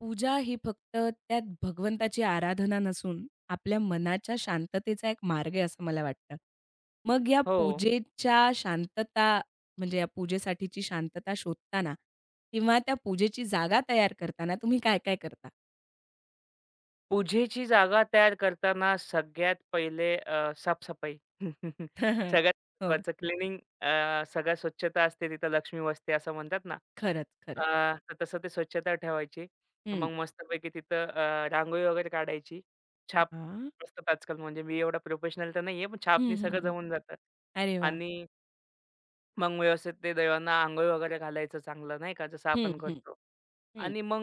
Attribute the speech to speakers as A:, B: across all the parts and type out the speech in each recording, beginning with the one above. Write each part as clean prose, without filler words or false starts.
A: पूजा ही फक्त त्यात भगवंताची आराधना नसून आपल्या मनाच्या शांततेचा एक मार्ग आहे असं मला वाटतं. मग या
B: हो.
A: पूजेच्या शांतता म्हणजे या पूजेसाठीची शांतता शोधताना किंवा त्या पूजेची जागा तयार करताना तुम्ही काय-काय करता?
B: पूजेची जागा तयार करताना सगळ्यात पहिले साफसफाई. सगळ्यात
A: हो.
B: महत्त्वाचं क्लीनिंग, सगळ्यात स्वच्छता असते तिथं लक्ष्मी बसते असं म्हणतात ना.
A: खरंच,
B: अ,
A: खरंच.
B: तर तसं ते स्वच्छता ठेवायची.
A: हं.
B: मग मस्तपैकी तिथं रांगोळी वगैरे काढायची. छाप
A: हां.
B: असतात आजकाल. म्हणजे मी एवढा प्रोफेशनल तर नाहीये, पण
A: हं,
B: छापनी
A: हं,
B: सगळं
A: हं.
B: जमून जातं.
A: अरे वाह!
B: आणि मग व्यवस्थित ते देवांना अंघोळ वगैरे घालायचं चांगलं नाही का, जसं
A: हं,
B: आपण
A: हं,
B: करतो.
A: हं,
B: आणि मग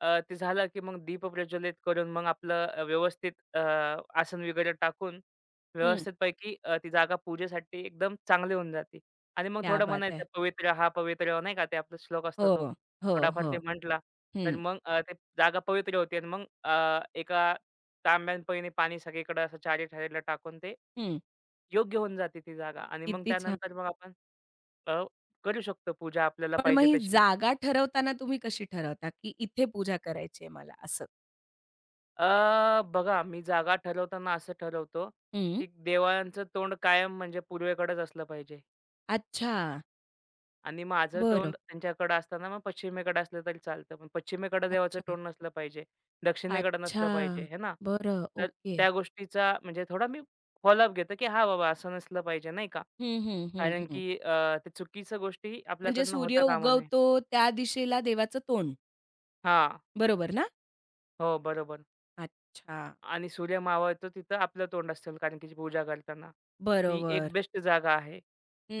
B: ते झालं की मग दीप प्रज्वलित करून मग आपलं व्यवस्थित आसन वगैरे टाकून
A: हं.
B: व्यवस्थितपैकी ती जागा पूजेसाठी एकदम चांगली होऊन जाते. आणि मग
A: क्या
B: थोडं
A: बात है!
B: म्हणायचं, "पवित्र हा पवित्र हो," नाही का, ते आपला श्लोक असतो
A: हो,
B: तो.
A: हो,
B: थोडाफार
A: हो.
B: ते म्हटला, तर
A: हं,
B: मग ते जागा पवित्र होते आणि मग एका तांब्यान पईने पाणी सगळीकडे असं चारी ठारीला टाकून ते
A: हं.
B: योग्य होऊन जाते ती जागा. आणि मग
A: किती छान.
B: त्यानंतर मग आपण अ, करू शकतो पूजा आपल्याला
A: पण मग
B: पाहिजे
A: ही
B: तशी.
A: जागा ठरवताना तुम्ही कशी ठरवता, की इथे पूजा करायची आहे मला असं?
B: बघा, मी जागा ठरवताना असं ठरवतो,
A: हं.
B: की देवांचं तोंड कायम म्हणजे पूर्वेकडेच असलं पाहिजे
A: अच्छा.
B: आणि माझं
A: बरं.
B: तोंड त्यांच्याकडं असताना मग पश्चिमेकडे असलं तरी चालतं. पण पश्चिमेकडे देवाचं
A: अच्छा.
B: तोंड नसलं पाहिजे, दक्षिणेकडे
A: अच्छा.
B: नसलं पाहिजे, आहे ना?
A: बरं.
B: तर
A: ओके.
B: त्या गोष्टीचा म्हणजे थोडा मी फॉलोअप घेतो, की हां बाबा, असं नसलं पाहिजे नाही का?
A: हं, हं, हं,
B: कारण
A: हं.
B: की ते चुकीच्या गोष्टी
A: म्हणजे
B: आपल्याकडनं
A: सूर्य
B: होता कामा नये.
A: उगवतो त्या दिशेला देवाचं तोंड.
B: हां.
A: बरोबर ना?
B: हो, बरोबर.
A: अच्छा.
B: आणि सूर्य मावळतो तिथं आपलं तोंड असेल कारण की पूजा करताना. ती एक
A: बरोबर.
B: बेस्ट जागा आहे.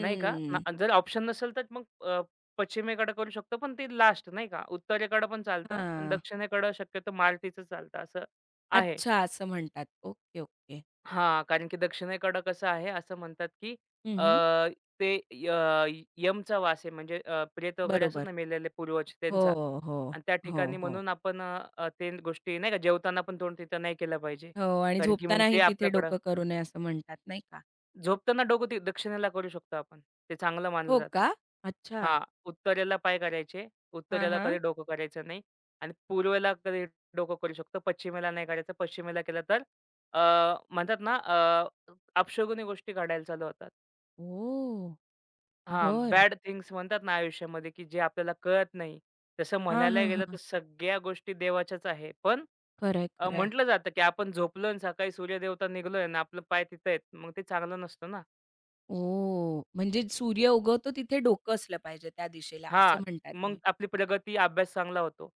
B: नाही का? ना जर ऑप्शन नसेल तर मग पश्चिमेकडे करू शकतो, पण ते लास्ट नाही का? उत्तरेकडं पण चालतं, पण
A: हां.
B: दक्षिणेकडं शक्यतो मारुतीचं चालतं असं आहे.
A: अच्छा असं म्हणतात. Okay, okay.
B: हां, कारण की दक्षिणेकडं कसं आहे, असं म्हणतात, की
A: हं,
B: अ,
A: हं.
B: ते अ, यमचा वास आहे. म्हणजे प्रेत वगैरे असतात
A: बरोबर.
B: ना, मेलेले पूर्वज
A: हो,
B: त्यांचा.
A: हो.
B: आणि त्या
A: हो,
B: ठिकाणी
A: हो.
B: म्हणून आपण ते गोष्टी नाही का, जेवताना पण तोंड तिथं नाही केलं पाहिजे.
A: हो आणि
B: कारण की मग
A: झोपतानाही
B: ते
A: तिथे
B: आपल्याकडं
A: डोकं करू नये असं म्हणतात नाही का?
B: झोपताना डोकं ते दक्षिणेला करू शकतो आपण. ते चांगलं मानलं
A: हो
B: जातं.
A: का? अच्छा.
B: हां, उत्तरेला पाय करायचे.
A: हां,
B: उत्तरेला
A: हां.
B: कधी डोकं करायचं नाही आणि पूर्वेला कधी डोकं करू शकतो. पश्चिमेला नाही करायचं. पश्चिमेला केलं तर, अ, म्हणतात ना, अपशगुनी गोष्टी घडायला चालू होतात.
A: ओह!
B: हां,
A: बरं.
B: बॅड थिंग्स म्हणतात ना आयुष्यामध्ये, की जे आपल्याला कळत नाही. तसं
A: हां,
B: म्हणायला
A: हां,
B: गेलं तर
A: हां.
B: सगळ्या गोष्टी देवाच्याच आहे. पण
A: खरंय, खरंय.
B: म्हटलं जातं, की आपण झोपलो आणि सकाळी सूर्यदेवता निघालोय आणि आपलं पाय तिथं आहेत. मग ते चांगलं नसतं ना.
A: ओह! म्हणजे सूर्य उगवतो तिथे डोकं असलं पाहिजे त्या दिशेला,
B: हां.
A: असं म्हणताय
B: मग
A: तुम्ही?
B: आपली प्रगती, अभ्यास चांगला होतो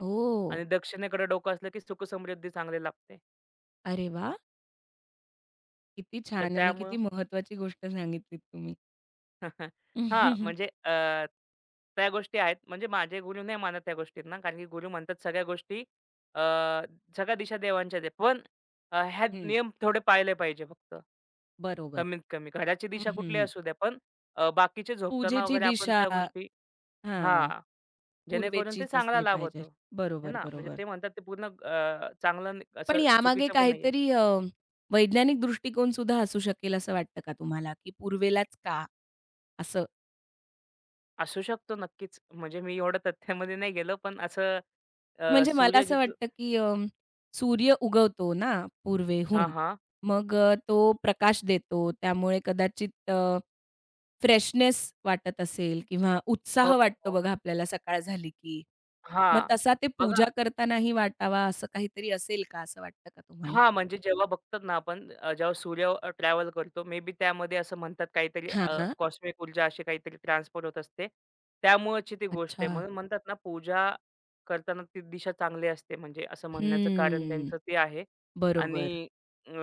A: ओ,
B: आणि दक्षिणेकडे डोकं असलं की सुख-समृद्धी चांगली लागते.
A: अरे वा, किती
B: तर
A: छान आणि किती
B: त्यामुळं
A: महत्वाची गोष्ट सांगितलीत तुम्ही.
B: हां, म्हणजे त्या गोष्टी आहेत. म्हणजे माझे गुरु नाही मानत त्या गोष्टींना, कारण की गुरु म्हणतात सगळ्या गोष्टी, अ, सगळ्या दिशा देवांच्याच आहेत. पण ह्या
A: हं,
B: नियम थोडे पाळले पाहिजे फक्त.
A: बरोबर.
B: कमीत कमी. घराची
A: हं,
B: दिशा कुठली
A: हं,
B: असू द्या, पण बाकीचे झोपताना
A: पूजेची
B: वगैरे आपण
A: दिशा
B: त्या गोष्टी.
A: हां,
B: हां. जेणेकरून ते
A: पूर्वेचीच
B: चांगला
A: असली
B: लाभ
A: पाहिजे.
B: होतो. है
A: बरोबर,
B: ना? म्हणजे
A: बरोबर.
B: ते म्हणतात ते पूर्ण चांगलं
A: पण
B: असं
A: यामागे
B: चुकीचं पण नाहीये.
A: काहीतरी वैज्ञानिक दृष्टिकोन सुद्धा असू शकेल असं वाटतं का तुम्हाला, की पूर्वेलाच का? असं?
B: असू शकतो नक्कीच. म्हणजे मी एवढं तथ्यामध्ये नाही गेलो, पण असं
A: म्हणजे मला
B: सूर्य
A: असं
B: जिथं.
A: वाटतं, की सूर्य उगवतो ना पूर्वेहून.
B: हां, हां.
A: मग तो प्रकाश देतो. त्यामुळे कदाचित फ्रेशनेस वाटत असेल किंवा
B: हो,
A: उत्साह वाटतो
B: हो.
A: बघा आपल्याला सकाळ झाली की. मग
B: हां.
A: तसा ते पूजा
B: बघा,
A: करतानाही वाटावा असं काहीतरी असेल का? असं वाटतं का तुम्हाला?
B: हां, म्हणजे जेव्हा बघतात ना आपण, जेव्हा सूर्य ट्रॅव्हल करतो, मे बी त्यामध्ये असं म्हणतात काहीतरी,
A: हां, हां.
B: कॉस्मिक ऊर्जा अशी काहीतरी ट्रान्सफर होत असते. त्यामुळेची ती गोष्ट
A: अच्छा.
B: आहे. म्हणून म्हणतात ना पूजा करताना ती दिशा चांगली असते. म्हणजे असं म्हणण्याचं कारण
A: हम्म.
B: त्यांचं ते आहे.
A: बरोबर.
B: आणि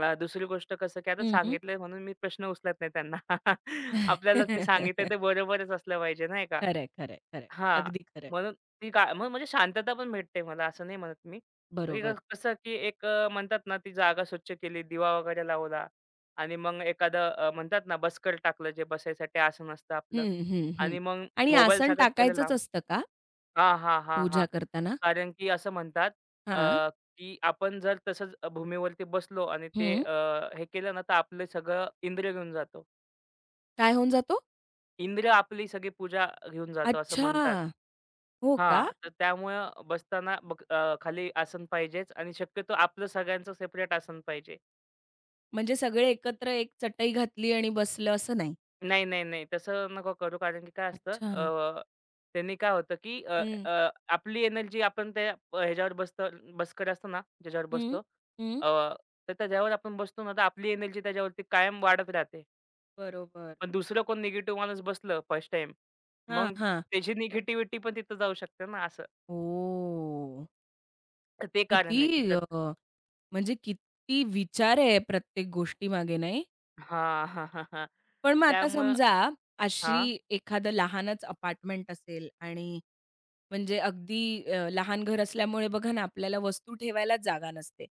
B: दुसरी गोष्ट कसं, की आता
A: हं, हं.
B: सांगितलंय म्हणून मी प्रश्न उचलत नाही त्यांना. आपल्याला ते सांगितलं ते बरोबरच असलं पाहिजे नाही.
A: खरंय, खरंय, खरंय.
B: हां.
A: अगदी खरंय.
B: म्हणून ती गा मग म्हणजे शांतता पण भेटते मला, असं नाही म्हणत मी. की
A: बरोबर.
B: कसं, की एक म्हणतात ना ती जागा स्वच्छ केली, दिवा वगैरे लावला आणि मग एखादं, म्हणतात ना, बसकर टाकलं, जे बसायसाठी आसन असतं आपलं.
A: हं, हं, हं.
B: आणि मग
A: आणि
B: मोबाईल
A: आसन
B: सगळ्यात पहिले
A: टाकायचंच
B: लांब.
A: असतं का?
B: हां, हां, हां,
A: पूजा
B: हां.
A: करताना?
B: कारण की असं म्हणतात, अ,
A: हां.
B: की आपण जर तसंच भूमीवरती बसलो आणि ते,
A: हं.
B: हे केलं ना, तर आपलं सगळं इंद्रिय घेऊन जातो.
A: काय होऊन जातो?
B: इंद्र आपली सगळी पूजा घेऊन जातो असं
A: अच्छा!
B: म्हणतात.
A: हो का?
B: हां, तर त्यामुळे बसताना बघ, खाली आसन पाहिजेच आणि शक्यतो आपलं सगळ्यांचं सेपरेट आसन पाहिजे.
A: म्हणजे सगळे एकत्र एक चटई घातली आणि बसलं असं नाही?
B: नाही, नाही, नाही. तसं नको करू, कारण की काय असतं,
A: अच्छा.
B: त्यांनी काय होतं की, अ,
A: हं.
B: अ, आपली एनर्जी आपण त्या, ह्याच्यावर बसतो, बसकर असतो ना, ज्याच्यावर
A: हं,
B: बसतो,
A: हं.
B: अ, तर त्याच्यावर आपण बसतो ना, तर आपली एनर्जी त्याच्यावरती कायम वाढत राहते.
A: बरोबर.
B: पण दुसरं कोण निगेटिव्ह माणूस बसलं फर्स्ट टाईम,
A: हां,
B: मग
A: हां.
B: त्याची निगेटिव्हिटी पण तिथं जाऊ शकते ना असं.
A: ओह!
B: तर ते कारण आहे, की
A: किती अ, म्हणजे किती विचार आहे प्रत्येक गोष्टीमागे नाही?
B: हां, हां, हां, हां.
A: पण मग आता
B: त्यामुळं
A: समजा अशी
B: हां.
A: एखादं लहानच अपार्टमेंट असेल आणि म्हणजे अगदी लहान घर असल्यामुळे बघा ना, आपल्याला वस्तू ठेवायलाच जागा नसते.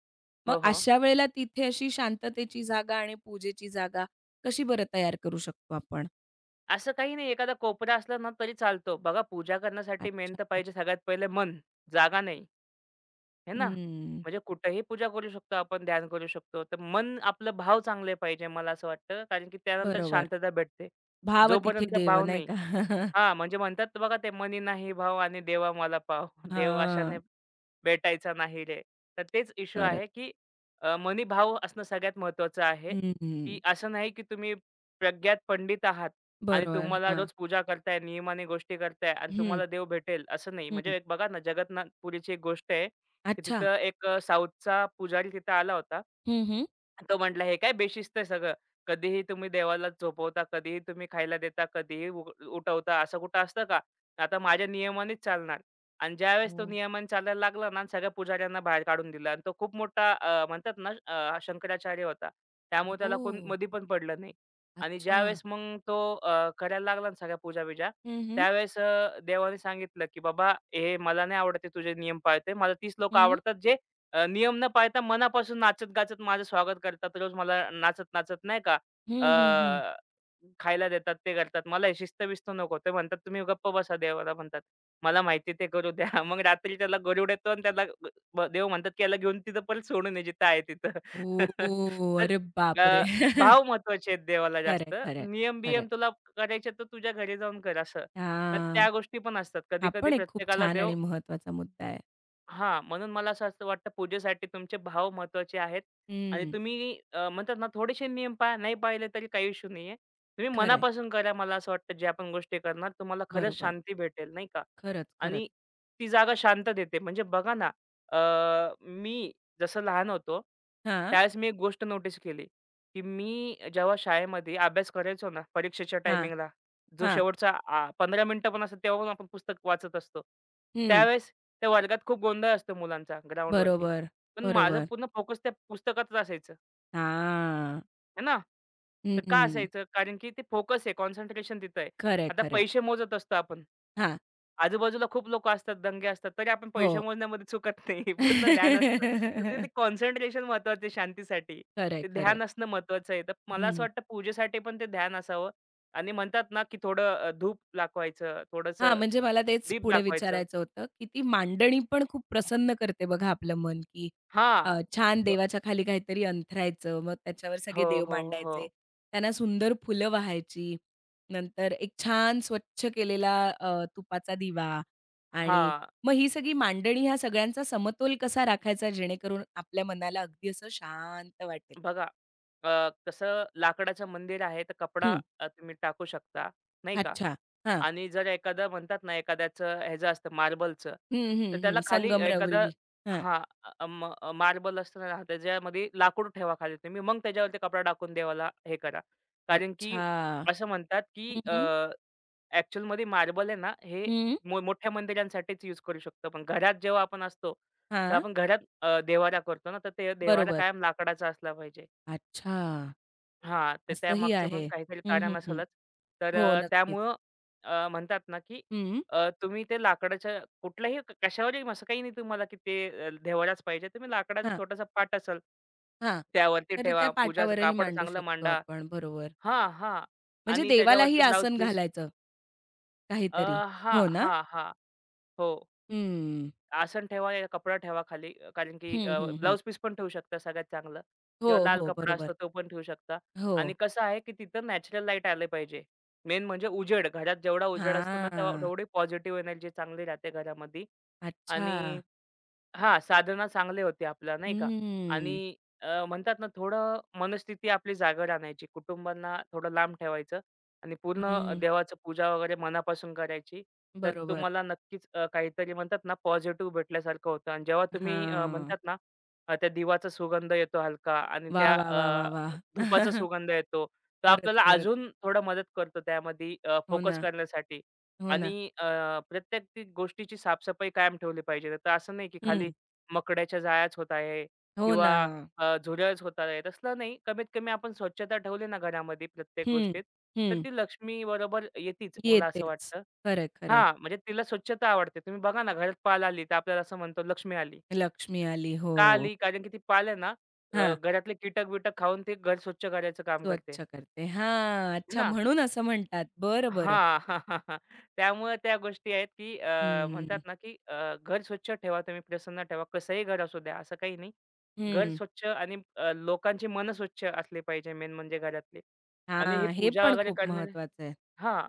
A: मग
B: हो, हो.
A: अशा वेळेला तिथे अशी शांततेची जागा आणि पूजेची जागा कशी बरं तयार करू शकतो आपण?
B: असं काही नाही, एखादा कोपरा असला ना तरी चालतो. बघा, पूजा करण्यासाठी मेन
A: अच्छा.
B: तर पाहिजे सगळ्यात पहिले मन, जागा नाही, हे ना?
A: हम्म,
B: म्हणजे कुठेही पूजा करू शकतो आपण, ध्यान करू शकतो. तर मन आपलं भाव चांगले पाहिजे, मला असं वाटतं, कारण की त्यानंतर
A: बरोबर.
B: शांतता भेटते.
A: भाव तिथे
B: जोपर्यंत
A: देव
B: भाव
A: नाही
B: नाही.
A: का?
B: हां, म्हणजे म्हणतात बघा ते, "मनी नाही भाव आणि देवा मला पाव. देव अशाने
A: हां,
B: भेटायचा नाही रे." तर तेच इश्यू
A: खरंच.
B: आहे, की मनी भाव असणं सगळ्यात महत्त्वाचं आहे,
A: हं,
B: की असं नाही की तुम्ही प्रज्ञात पंडित आहात आणि
A: बरोबर.
B: तुम्हाला
A: हां.
B: रोज पूजा करताय, नियमाने गोष्टी करताय आणि
A: हं,
B: तुम्हाला देव भेटेल असं नाही.
A: हं.
B: म्हणजे एक बघा ना, जगन्नाथपुरीची एक गोष्ट आहे, की
A: अच्छा.
B: तिथं एक साऊथचा पुजारी तिथं आला होता.
A: हं, हं.
B: तो म्हटला, "हे काय बेशिस्त आहे सगळं. कधीही तुम्ही देवाला झोपवता, कधीही तुम्ही खायला देता, कधीही उठवता. असं कुठं असतं का? आता माझ्या नियमानेच चालणार." आणि ज्यावेळेस
A: हो.
B: तो नियमाने चालायला लागला ना, सगळ्या पुजाऱ्यांना बाहेर काढून दिलं. आणि तो खूप मोठा, म्हणतात ना, शंकराचार्य होता. त्यामुळे त्याला
A: ओह!
B: कोण मधी पण पडलं नाही. आणि
A: अच्छा.
B: ज्यावेळेस मग तो करायला लागला ना सगळ्या पूजा-बिजा,
A: हं, हं.
B: त्यावेळेस देवाने सांगितलं, की "बाबा, हे मला नाही आवडत, ते तुझे नियम पाळते. मला 30 लोकं
A: हं.
B: आवडतात जे" नियम न पाळता मनापासून नाचत-गाचत माझं स्वागत करतात. रोज मला नाचत-नाचत नाही का अ,
A: हं, हं, हं.
B: खायला देतात, ते करतात. मला हे शिस्त-बिस्त नको. ते म्हणतात, "तुम्ही गप्प बसा देवाला," म्हणतात. मला माहिती, ते करू द्या. मग रात्री त्याला गरुड येतो आणि त्याला ग- ब देव म्हणतात, की "याला घेऊन तिथं परत सोडून ये जिथं आहे तिथं."
A: ओह!
B: तर
A: अरे बापरे!
B: अ, भाव महत्वाचे आहेत देवाला
A: खरंय,
B: जास्त.
A: खरंय, खरंय.
B: नियम-बियम तुला करायचे तर तुझ्या घरी जाऊन कर असं. तर
A: हां,
B: त्या गोष्टी पण असतात.
A: हा
B: कधी-कधी
A: पण एक खूप
B: प्रत्येकाला
A: छान
B: देव.
A: आणि महत्त्वाचा मुद्दा आहे.
B: हां, म्हणून मला असं असं वाटतं, पूजेसाठी तुमचे भाव महत्त्वाचे आहेत आणि
A: हं,
B: तुम्ही, म्हणतात ना, थोडेसे नियम पाळा. नाही पाळले तरी काही इश्यू नाही आहे. तुम्ही
A: खरंय,
B: मनापासून करा, मला असं वाटतं, ज्या पण गोष्टी करणार तुम्हाला खरंच
A: बरोबर.
B: शांती भेटेल नाही का.
A: खरंच, खरंच.
B: आणि ती जागा शांत देते. म्हणजे बघा ना, मी जसं लहान होतो,
A: हां,
B: त्यावेळेस मी एक गोष्ट नोटीस केली, की मी जेव्हा शाळेमध्ये अभ्यास करायचो ना परीक्षेच्या
A: हां,
B: टायमिंगला, जो
A: हां.
B: शेवटचा 15 मिनिटं पण असतात, तेव्हा पण आपण पुस्तक वाचत असतो.
A: हं,
B: त्यावेळेस त्या वर्गात खूप गोंधळ असतो मुलांचा, ग्राउंडवरती.
A: बरोबर,
B: पण माझं
A: बरोबर.
B: पूर्ण फोकस त्या पुस्तकातच असायचं,
A: हां.
B: आहे ना? तर का
A: हं,
B: असायचं? कारण की ते फोकस आहे, कॉन्सन्ट्रेशन तिथं आहे.
A: खरंय,
B: आता
A: खरंय.
B: पैसे मोजत असतो आपण.
A: हां,
B: आजूबाजूला खूप लोक असतात, दंगे असतात, तरी आपण
A: हो.
B: पैसे मोजण्यामध्ये चुकत नाही. पूर्ण ध्यान असतं. तर ते ते कॉन्सन्ट्रेशन महत्वाचं आहे शांतीसाठी.
A: खरंय,
B: ते
A: खरंय.
B: ध्यान असणं महत्वाचं आहे. तर मला असं
A: हं.
B: वाटतं पूजेसाठी पण ते ध्यान असावं आणि म्हणतात ना, की थोडं, धूप दाखवायचं,
A: हां,
B: थोडंसं
A: म्हणजे मला तेच
B: दीप
A: पुढे
B: दाखवायचं.
A: विचारायचं होतं, की ती मांडणी पण खूप प्रसन्न करते बघा आपलं मन, की
B: हां.
A: छान
B: ब
A: देवाच्या खाली काहीतरी अंथरायचं, मग त्याच्यावर सगळे
B: हो,
A: देव
B: हो, हो.
A: मांडायचे. त्यांना सुंदर फुलं वाहायची. नंतर एक छान स्वच्छ केलेला तुपाचा दिवा आणि
B: हां.
A: मग ही सगळी मांडणी ह्या सगळ्यांचा समतोल कसा राखायचा जेणेकरून आपल्या मनाला अगदी असं शांत वाटेल?
B: बघा, कसं लाकडाचं मंदिर आहे, तर कपडा
A: हं,
B: तुम्ही टाकू शकता, नाही का?
A: अच्छा. हां.
B: आणि जर एखादं, म्हणतात ना, एखाद्याचं ह्याचं असतं मार्बलचं,
A: हं,
B: तर
A: हं,
B: त्याला
A: हं.
B: खाली एखादं,
A: संगमरवरी. हां.
B: हां, अ, म मार्बल असतं ना, त्याच्यामध्ये लाकूड ठेवा खाली तुम्ही, मग त्याच्यावरती कपडा टाकून देवाला हे करा. कारण की
A: अच्छा.
B: असं म्हणतात, की
A: हं, हं.
B: ॲक्चुअलमध्ये मार्बल आहे ना, हे
A: हं.
B: मोठ्या मंदिरांसाठीच यूज करू शकतो आपण. घरात जेव्हा आपण असतो, तर
A: हां,
B: आपण घरात, देवारा करतो ना, तर ते देवारा
A: बरोबर.
B: कायम लाकडाचा असला पाहिजे.
A: अच्छा,
B: हां, तर
A: असंही
B: त्यामागचं पण
A: आहे.
B: काहीतरी
A: हं, हं,
B: कारण
A: हं.
B: असेलच. तर
A: हो, नक्कीच.
B: त्यामुळं म्हणतात ना, की
A: हं,
B: तुम्ही ते लाकडाच्या कुठल्याही कशावरही, असं काही नाही तुम्हाला, की ते, देव्हाराच पाहिजे. तुम्ही लाकडाचा
A: हां,
B: छोटासा पाट असेल,
A: हां.
B: त्यावरती
A: तर त्या
B: ठेवा. पूजाचं
A: पाटावरही
B: कापड
A: मांडू
B: चांगलं
A: शकतो
B: मांडा.
A: आपण. बरोबर.
B: हां, हां.
A: म्हणजे
B: आणि
A: देवालाही
B: त्याच्यावरती ब्लाउज
A: आसन
B: पीस,
A: घालायचं
B: अ,
A: काहीतरी. हो
B: हां,
A: ना?
B: हां, हो.
A: हं.
B: आसन ठेवा या कपडा ठेवा खाली, कारण की
A: हं, हं, हं.
B: ब्लाउज पीस पण ठेवू शकता सगळ्यात चांगलं
A: हो,
B: किंवा लाल
A: हो,
B: कपडा
A: बरोबर.
B: असतो तो पण ठेवू शकता.
A: हो.
B: आणि कसं आहे की तिथं नॅचरल लाईट आले पाहिजे. मेन म्हणजे उजेड. घरात जेवढा उजेड असतो ना तेव्हा
A: हां.
B: तेवढी पॉझिटिव्ह एनर्जी चांगली राहते घरामध्ये
A: अच्छा.
B: आणि हां, साधना चांगले होते आपल्या नाही का.
A: हं,
B: आणि म्हणतात ना, थोडं मनस्थिती आपली जागर आणायची. कुटुंबांना थोडं लांब ठेवायचं आणि पूर्ण
A: हं.
B: देवाचं पूजा वगैरे मनापासून करायची. तर
A: बरोबर.
B: तुम्हाला नक्कीच, काहीतरी म्हणतात ना पॉझिटिव्ह भेटल्यासारखं होतं आणि जेव्हा तुम्ही, अ,
A: हां.
B: म्हणतात ना अ, त्या दिवाचा सुगंध येतो हलका आणि
A: वाह,
B: त्या,
A: वाह, वाह, वाह, वाह!
B: धुपाचा सुगंध येतो. तर
A: खरंच,
B: आपल्याला
A: खरंच.
B: अजून थोडं मदत करतो त्यामध्ये
A: हो
B: फोकस
A: ना,
B: करण्यासाठी.
A: हो
B: आणि
A: ना.
B: प्रत्येक ती गोष्टीची साफ कायम ठेवली पाहिजे. तर असं नाही, की खाली
A: हं.
B: मकड्याच्या जाळ्याच होत आहे
A: हो
B: किंवा
A: ना.
B: झुरळच होत आहे. तसलं नाही. कमीत कमी आपण स्वच्छता ठेवली ना घरामध्ये प्रत्येक
A: हं,
B: गोष्टीत, तर
A: हं.
B: ती लक्ष्मी बरोबर येतीच मला असं
A: येतेच.
B: वाटतं.
A: खरंय, खरंय.
B: हां, म्हणजे तिला स्वच्छता आवडते. तुम्ही बघा ना, घरात पाल आली, तर आपल्याला असं म्हणतो लक्ष्मी आली.
A: लक्ष्मी आली. हो.
B: का आली? कारण की ती पाल आहे ना,
A: हां.
B: घरातले कीटक-बिटक खाऊन ते घर स्वच्छ करायचं काम करते.
A: स्वच्छ करते. हां.
B: है
A: अच्छा
B: ना?
A: म्हणून असं म्हणतात. बरं, बरं.
B: हां. त्यामुळे त्या गोष्टी आहेत, की
A: हं,
B: म्हणतात ना, की घर स्वच्छ ठेवा तुम्ही, प्रसन्न ठेवा. कसंही घर असू द्या, असं काही नाही. घर
A: हं.
B: स्वच्छ आणि लोकांची मनं स्वच्छ असली पाहिजे मेन म्हणजे घरातली. आणि हे
A: हां. हे
B: पूजा
A: पण
B: वगैरे
A: खूप
B: करणं.
A: महत्वाचं आहे.
B: हां.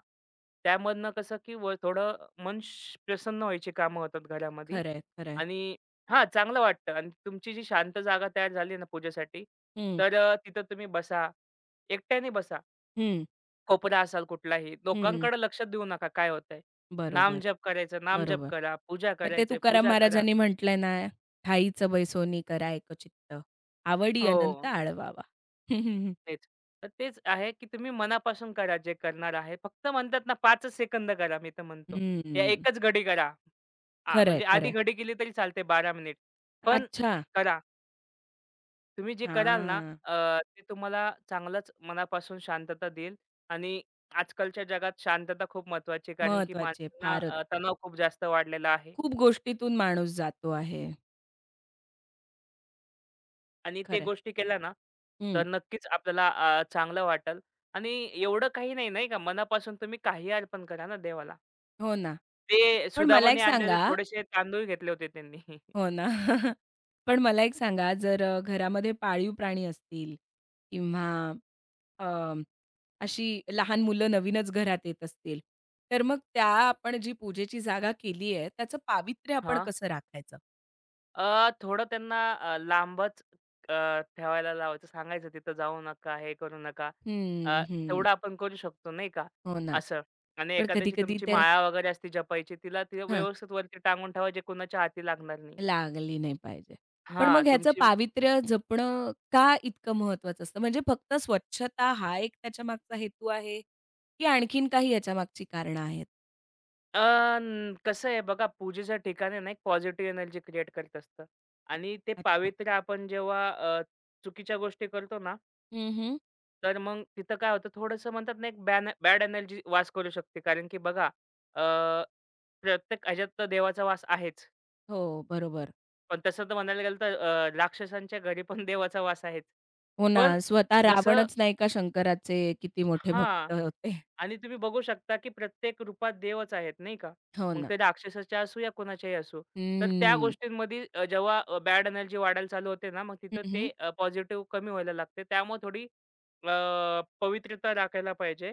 B: त्यामधनं कसं, की थोडं मन प्रसन्न व्हायची कामं होतात घरामध्ये
A: खरंय, खरंय.
B: आणि हां, चांगलं वाटतं आणि तुमची जी शांत जागा तयार झाली ना पूजेसाठी,
A: हं,
B: तर तिथं तुम्ही बसा. एकट्याने बसा.
A: हं,
B: कोपरा असाल कुठलाही,
A: हं.
B: लोकांकडे लक्ष देऊ नका काय होतंय.
A: बरोबर,
B: नामजप करायचं, नामजप
A: बरोबर.
B: करा, पूजा
A: मग ते
B: करायचंय,
A: तुकाराम
B: पूजा करा.
A: महाराजांनी म्हटलंय ना, "ठाईचं बैसोनी करा एकचित्त, आवडी अनंत
B: हो,
A: आळवावा."
B: तेच. तर तेच आहे, की तुम्ही मनापासून करा जे करणार आहे. फक्त म्हणतात ना 5च सेकंद करा मी तर म्हणतो. या
A: हं.
B: एकच घडी करा.
A: खरंय,
B: म्हणजे आधी
A: खरंय.
B: घडी केली तरी चालते 12 मिनिट. पण
A: अच्छा.
B: करा. तुम्ही जे कराल ना
A: हां.
B: ते तुम्हाला चांगलंच मनापासून शांतता देईल आणि आजकालच्या जगात शांतता खूप महत्त्वाची कारण की
A: महत्वाची आहे
B: माणसांना
A: फारच.
B: तणाव खूप जास्त वाढलेला आहे.
A: खूप गोष्टीतून माणूस जातो आहे.
B: आणि ते
A: खरं
B: गोष्टी केल्या ना,
A: हं.
B: तर नक्कीच आपल्याला चांगलं वाटेल आणि एवढं काही नाही, नाही का, मनापासून तुम्ही काही अर्पण करा ना देवाला.
A: हो ना.
B: ते
A: पण मला एक
B: सुदामाने आणलेले
A: सांगा
B: थोडेसे तांदूळ घेतले होते त्यांनी.
A: हो ना. पण मला एक सांगा जर घरामध्ये पाळीव प्राणी असतील किंवा अ, अशी लहान मुलं नवीनच घरात येत असतील, तर मग त्या आपण जी पूजेची जागा केली आहे, त्याचं पावित्र्य आपण
B: हां.
A: कसं राखायचं?
B: थोडं त्यांना लांबच अ, ठेवायला लावायचं, सांगायचं तिथं जाऊ नका, हे करू नका. अ,
A: हं, हं.
B: तेवढं आपण करू शकतो नाही का,
A: हो ना.
B: असं. आणि
A: पण
B: एखाद्याची
A: कधी-कधी
B: तुमची
A: ते
B: माळा वगैरे असते जपायची, तिला ती
A: हां.
B: व्यवस्थित वरती टांगून ठेवा, जे कुणाच्या हाती लागणार नाही.
A: लागली नाही पाहिजे. पण
B: हां,
A: मग ह्याचं
B: तुमची.
A: पावित्र्य जपणं का इतकं महत्त्वाचं असतं? म्हणजे फक्त स्वच्छता हा एक त्याच्यामागचा हेतू आहे, की आणखीन काही याच्यामागची कारणं आहेत?
B: अ, न कसं आहे बघा, पूजेच्या ठिकाणी ना एक पॉझिटिव्ह एनर्जी क्रिएट करत असतं आणि ते
A: अच्छा.
B: पावित्र्य आपण जेव्हा चुकीच्या गोष्टी करतो ना,
A: हं, हं.
B: तर मग तिथं काय होतं थोडंसं म्हणतात ना, एक बॅड एनर्जी वास करू शकते. कारण की बघा, अ, प्रत्येक ह्याच्यात तर देवाचा वास आहेच.
A: हो, बरोबर.
B: पण तसं तर म्हणायला गेलं तर राक्षसांच्या घरी पण देवाचा वास आहेच.
A: हो ना,
B: पण
A: स्वतः
B: जसं
A: रावणच नाही का शंकराचे किती मोठे
B: हां.
A: भक्त होते.
B: आणि तुम्ही बघू शकता, की प्रत्येक रूपात देवच आहेत, नाही का?
A: हो
B: मग
A: ना.
B: ते राक्षसाचे असू या कोणाच्याही असू. तर त्या
A: हम्म.
B: गोष्टींमध्ये जेव्हा बॅड एनर्जी वाढायला चालू होते ना, मग
A: हं,
B: तिथं
A: हं.
B: ते पॉझिटिव्ह कमी व्हायला लागते. त्यामुळे थोडी पवित्रता राखायला पाहिजे,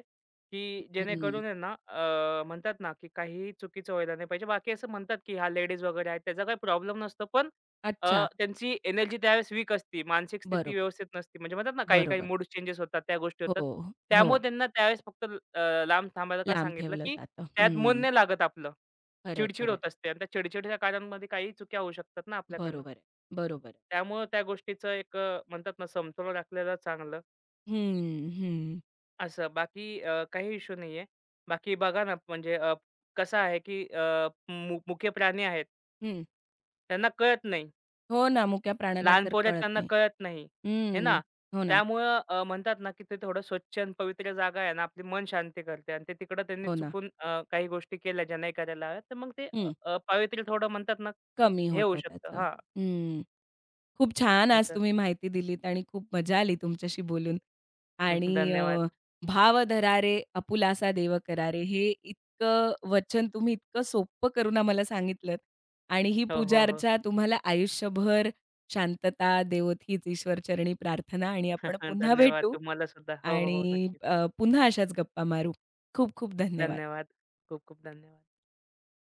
B: की
A: हं.
B: जेणेकरून आहे ना म्हणतात ना, की काहीही चुकीचं व्हायला नाही पाहिजे. बाकी असं म्हणतात, की ह्या लेडीज वगैरे आहेत, त्याचा काही प्रॉब्लेम नसतो. पण
A: अच्छा.
B: त्यांची एनर्जी त्यावेळेस वीक असते. मानसिक स्थिती
A: बरोबर,
B: व्यवस्थित नसते. म्हणजे म्हणतात ना, काही-काही
A: बरोबर.
B: मूड चेंजेस होतात, त्या गोष्टी
A: हो,
B: होतात.
A: हो.
B: त्यामुळे त्यांना त्यावेळेस फक्त लांब थांबायला का
A: लांब
B: सांगितलं,
A: ठेवलं
B: की
A: जातं.
B: त्यात मन
A: हं.
B: नाही लागत आपलं.
A: खरंय,
B: चिडचिड
A: खरंय.
B: होत असते आणि त्या चिडचिडच्या कारणांमध्ये काही चुक्या होऊ शकतात ना आपल्याकडनं.
A: बरोबर आहे, बरोबर आहे.
B: त्यामुळं त्या गोष्टीचं एक म्हणतात ना, समतोल राखलेलं चांगलं
A: हं, हं,
B: असं. बाकी काही इश्यू नाहीये. बाकी बघा ना, म्हणजे कसं आहे, की अ, मु मुके प्राणी आहेत.
A: हं.
B: त्यांना कळत नाही.
A: हो ना, मुक्या प्राण्यांना
B: लहान
A: तर
B: पोरं आहेत
A: कळत
B: त्यांना
A: नाही.
B: कळत नाही, हे
A: हं.
B: ना?
A: हो ना,
B: त्यामुळं म्हणतात ना, की ते थोडं स्वच्छ आणि पवित्र जागा आहे ना, आपली मन शांती करते आणि ते तिकडं त्यांनी
A: हो ना.
B: चुकून काही गोष्टी केल्या ज्या नाही करायला हव्यात, तर मग ते अ,
A: हं.
B: अ, पवित्र थोडं म्हणतात ना,
A: कमी
B: हे होऊ
A: होतं
B: शकतं
A: त्याचं.
B: हां,
A: हं. खूप छान आज
B: असं.
A: तुम्ही माहिती दिलीत आणि खूप मजा आली तुमच्याशी बोलून. आणि
B: धन्यवाद.
A: "भाव धरारे आपुलासा देव करारे" हे इतकं वचन तुम्ही इतकं सोपं करून आम्हाला सांगितलंत आणि ही
B: हो, हो, हो.
A: पूजाअर्चा तुम्हाला आयुष्यभर शांतता देवोत हीच ईश्वर चरणी प्रार्थना आणि आपण पुन्हा
B: धन्यवाद.
A: भेटू
B: तुम्हाला सुद्धा. हो, हो, हो.
A: आणि
B: नक्कीच.
A: पुन्हा अशाच गप्पा मारू. खूप खूप धन्यवाद.
B: धन्यवाद. खूप खूप धन्यवाद.